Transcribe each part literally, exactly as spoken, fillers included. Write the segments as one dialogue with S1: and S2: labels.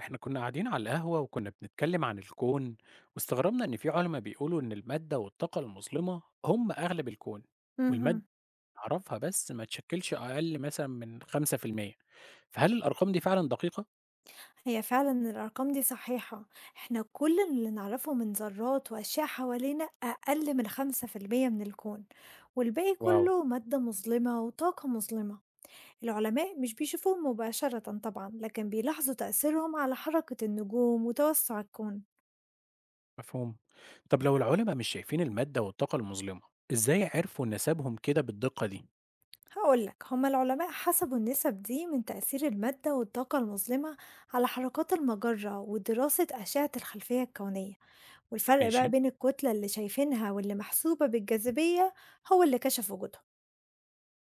S1: احنا كنا قاعدين على القهوة وكنا بنتكلم عن الكون، واستغربنا ان في علماء بيقولوا ان المادة والطاقة المظلمة هم اغلب الكون، والمادة
S2: اهم.
S1: اللي نعرفها بس ما تشكلش اقل مثلا من خمسة في المئة. فهل الارقام دي فعلا دقيقة؟
S2: هي فعلًا الأرقام دي صحيحة، إحنا كل اللي نعرفه من ذرات وأشياء حوالينا أقل من خمسة في المية من الكون، والباقي
S1: واو.
S2: كله مادة مظلمة وطاقة مظلمة. العلماء مش بيشوفوهم مباشرةً طبعًا، لكن بيلاحظوا تأثيرهم على حركة النجوم وتوسع الكون.
S1: مفهوم. طب لو العلماء مش شايفين المادة والطاقة المظلمة، ازاي عرفوا نسبهم كده بالدقة دي؟
S2: هاقول لك، هما العلماء حسبوا النسب دي من تأثير المادة والطاقة المظلمة على حركات المجرة ودراسة أشعة الخلفية الكونية. والفرق بقى
S1: ماشي.
S2: بين الكتلة اللي شايفينها واللي محسوبة بالجاذبية هو اللي كشف وجودها.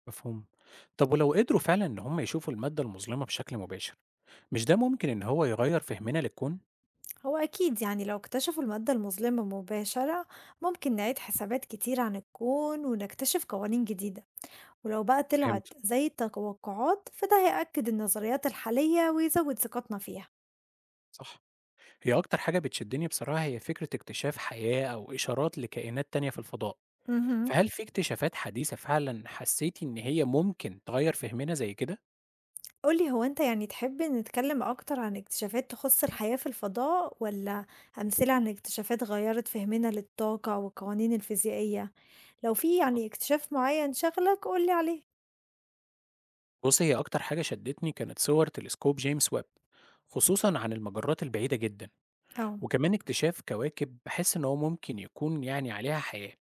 S1: مفهوم. طب ولو قدروا فعلا ان هم يشوفوا المادة المظلمة بشكل مباشر، مش ده ممكن ان هو يغير فهمنا للكون؟
S2: هو أكيد يعني لو اكتشفوا المادة المظلمة مباشرة ممكن نعيد حسابات كتير عن الكون ونكتشف قوانين جديدة. ولو بقى
S1: فهمت.
S2: طلعت زي التوقعات فده هيأكد النظريات الحالية ويزود ثقتنا فيها.
S1: صح. هي أكتر حاجة بتشدني بصراحة هي فكرة اكتشاف حياة أو إشارات لكائنات تانية في الفضاء،
S2: مهم.
S1: فهل في اكتشافات حديثة فعلا حسيتي إن هي ممكن تغير فهمنا زي كده؟
S2: قُل لي هو أنت يعني تحب نتكلم أكتر عن اكتشافات تخُص الحياة في الفضاء والّا أمثلة عن اكتشافات غيّرت فهمنا للطاقة والقوانين الفيزيائية؟ لو في يعني اكتشاف معيّن شاغلك قُل لي عليه.
S1: بص هي أكتر حاجة شدتني كانت صور تلسكوب جيمس ويب، خصوصا عن المجرات البعيدة جدا،
S2: آه.
S1: وكمان اكتشاف كواكب بحس إن هو ممكن يكون يعني عليها حياة،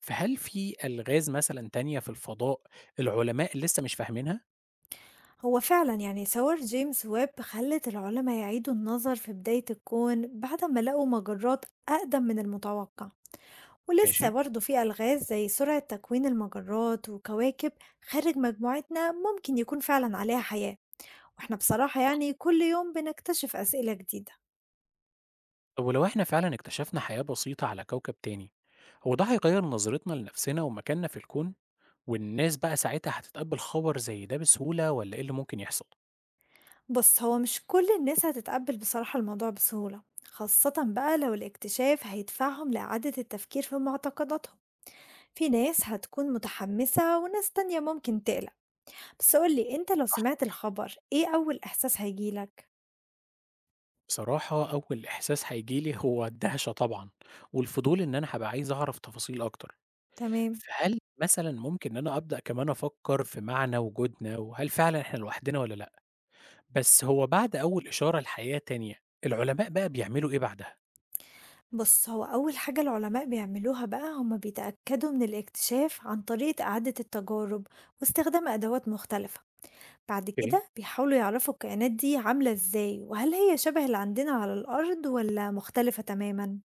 S1: فهل في ألغاز مثلا تانية في الفضاء العلماء لسه مش فاهمينها؟
S2: هو فعلًا يعني ثورة جيمس ويب خلّت العُلما يعيدوا النظر في بداية الكون بعد أمّا لقوا مجرات أقدم من المتوقع، ولسه
S1: ماشي؟
S2: برضه في ألغاز زي سرعة تكوين المجرات وكواكب خارج مجموعتنا ممكن يكون فعلًا عليها حياة. واحنا بصراحة
S1: صح.
S2: يعني كل يوم بنكتشف أسئلة جديدة.
S1: طب ولو احنا فعلا اكتشفنا حياة بسيطة على كوكب تاني، هو ده هيغير نظرتنا لنفسنا ومكاننا في الكون، والناس بقى ساعتها هتتقبل خبر زي ده بسهولة ولا ايه اللي ممكن يحصل؟
S2: بص هو مش كل الناس هتتقبل بصراحة الموضوع بسهولة، خاصة بقى لو الاكتشاف هيدفعهم لإعادة التفكير في معتقداتهم. في ناس هتكون متحمسة وناس تانية ممكن تقلق. بس قولي انت لو سمعت الخبر ايه أول إحساس هيجيلك؟
S1: بصراحة أول إحساس هيجيلي هو الدهشة طبعا، والفضول إن أنا هبقى عايز أعرف تفاصيل أكتر.
S2: تمام.
S1: فهل مثلا ممكن إن أنا أبدأ كمان أفكر في معنى وجودنا وهل فعلا إحنا لوحدنا ولا لأ؟ بس هو بعد أول إشارة لحياة تانية العلماء بقى بيعملوا إيه بعدها؟
S2: بص هو أول حاجة العلماء بيعملوها بقى هما بيتأكدوا من الاكتشاف عن طريقة إعادة التجارب واستخدام أدوات مختلفة. بعد
S1: اوكي.
S2: كده بيحاولوا يعرفوا الكائنات دي عاملة ازاي، وهل هي شبه اللي عندنا على الأرض ولا مختلفة تماما.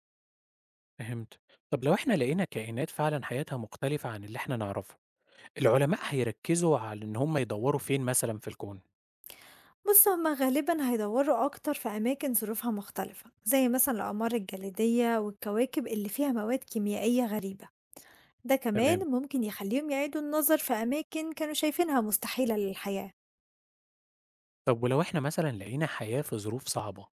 S1: فهمت. طب لو إحنا لقينا كائنات فعلًا حياتها مختلفة عن اللي إحنا نعرفه، العلماء هيركزوا على إن هم يدوروا فين مثلًا في الكون؟
S2: بص هما غالبا هيدوروا أكتر في أماكن ظروفها مختلفة، زي مثلا الأقمار الجليدية والكواكب اللي فيها مواد كيميائية غريبة. ده
S1: تمام.
S2: كمان ممكن يخليهم يعيدوا النظر في أماكن كانوا شايفينها مستحيلة للحياة.
S1: طب ولو إحنا مثلًا لقينا حياة في ظروف صعبة،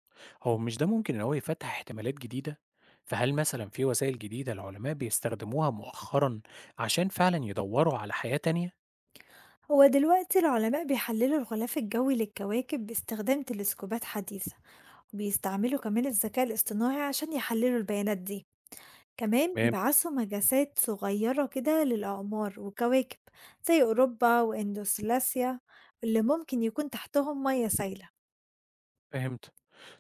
S1: هو مش ده ممكن إن هو يفتح احتمالات جديدة؟ فهل مثلًا في وسائل جديدة العلماء بيستخدموها مؤخرًا عشان فعلًا يدوروا على حياة تانية؟
S2: هو دلوقتي العلماء بيحللوا الغلاف الجوي للكواكب باستخدام تلسكوبات حديثة، وبيستعملوا كمان الذكاء الاصطناعي عشان يحللوا البيانات دي. كمان
S1: تمام،
S2: بيبعثوا مجسات صغيرة كده للأقمار والكواكب، زي أوروبا وإندوسلاسيا، اللي ممكن يكون تحتهم مية سايلة.
S1: فهمت.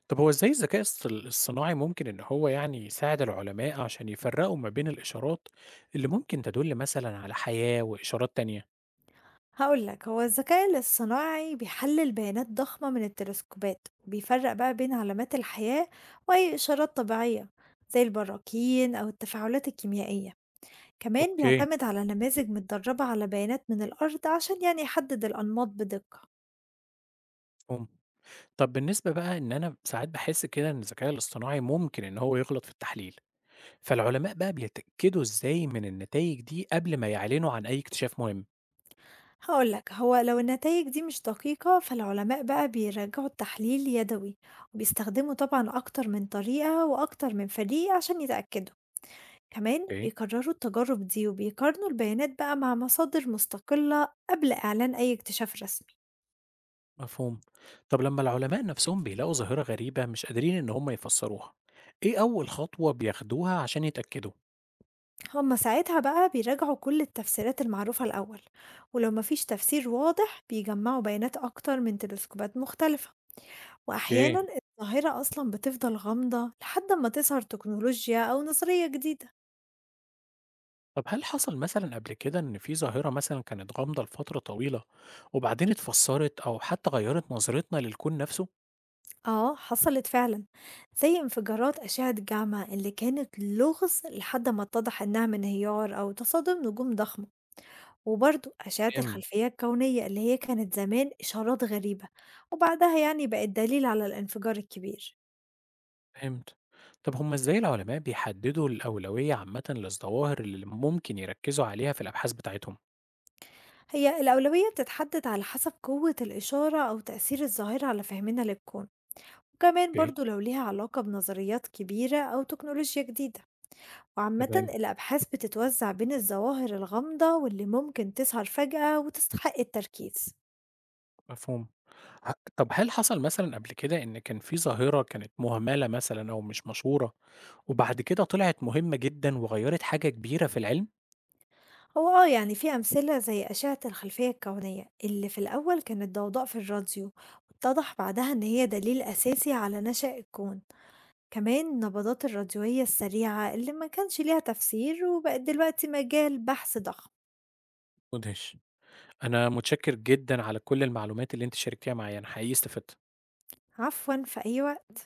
S1: طب هو إزاي الذكاء الص الصناعي ممكن إن هو يعني يساعد العلماء عشان يفرقوا ما بين الإشارات اللي ممكن تدل مثلًا على حياة وإشارات تانية؟
S2: هقولك هو الذكاء الاصطناعي بيحلل بيانات ضخمة من التلسكوبات، بيفرق بقى بين علامات الحياة وأي إشارات طبيعية زي البراكين أو التفاعلات الكيميائية. كمان
S1: أوكي،
S2: بيعتمد على نماذج متدربة على بيانات من الأرض عشان يعني يحدد الأنماط بدقة.
S1: مفهوم. طب بالنسبة بقى إن أنا ساعات باحس كده إن الذكاء الاصطناعي ممكن إن هو يغلط في التحليل، فالعلماء بقى بيتأكدوا إزاي من النتايج دي قبل ما يعلنوا عن أي اكتشاف مهم؟
S2: هقول لك هو لو النتائج دي مش دقيقة فالعلماء بقى بيرجعوا التحليل يدوي، وبيستخدموا طبعا أكتر من طريقة وأكتر من فريق عشان يتأكدوا. كمان
S1: اوكي.
S2: بيكرروا التجارب دي وبيقارنوا البيانات بقى مع مصادر مستقلة قبل إعلان أي اكتشاف رسمي.
S1: مفهوم. طب لما العلماء نفسهم بيلاقوا ظاهرة غريبة مش قادرين إن هم يفسروها، إيه أول خطوة بياخدوها عشان يتأكدوا؟
S2: هما ساعتها بقى بيراجعوا كل التفسيرات المعروفة الأول، ولو مفيش تفسير واضح بيجمعوا بيانات أكتر من تلسكوبات مختلفة. وأحيانا
S1: اوكي.
S2: الظاهرة أصلا بتفضل غامضة لحد ما تظهر تكنولوجيا أو نظرية جديدة.
S1: طب هل حصل مثلًا قبل كده إن في ظاهرة مثلًا كانت غامضة لفترة طويلة وبعدين اتفسرت أو حتى غيرت نظرتنا للكون نفسه؟
S2: آه حصلت فعلا، زي انفجارات أشعة جاما اللي كانت لغز لحد ما اتضح إنها من انهيار أو تصادم نجوم ضخمة. وبرضو أشعة الخلفية الكونية اللي هي كانت زمان إشارات غريبة، وبعدها يعني بقت دليل على الانفجار الكبير.
S1: فهمت. طب هم إزاي العلماء بيحددوا الأولوية عامةً للظواهر اللي ممكن يركزوا عليها في الأبحاث بتاعتهم؟
S2: هي الأولوية بتتحدد على حسب قوة الإشارة أو تأثير الظاهرة على فهمنا للكون، وكمان
S1: اوكي.
S2: برضو لو ليها علاقة بنظريات كبيرة أو تكنولوجيا جديدة. وعامةً
S1: تمام،
S2: الأبحاث بتتوزع بين الظواهر الغامضة واللي ممكن تظهر فجأة وتستحق التركيز.
S1: مفهوم. ه طب هل حصل مثلًا قبل كده إن كان في ظاهرة كانت مهملة مثلًا أو مش مشهورة، وبعد كده طلعت مهمة جدًا وغيّرت حاجة كبيرة في العلم؟
S2: هو آه يعني في أمثلة زي أشعة الخلفية الكونية اللي في الأول كانت ضوضاء في الراديو، واتضح بعدها إن هي دليل أساسي على نشأ الكون. كمان النبضات الراديوية السريعة اللي ما كانش ليها تفسير وبقت دلوقتي مجال بحث ضخم.
S1: مدهش. أنا متشكر جدًا على كل المعلومات اللي أنتِ شاركتيها معايا، أنا حقيقي استفدت.
S2: عفوا، في أي وقت.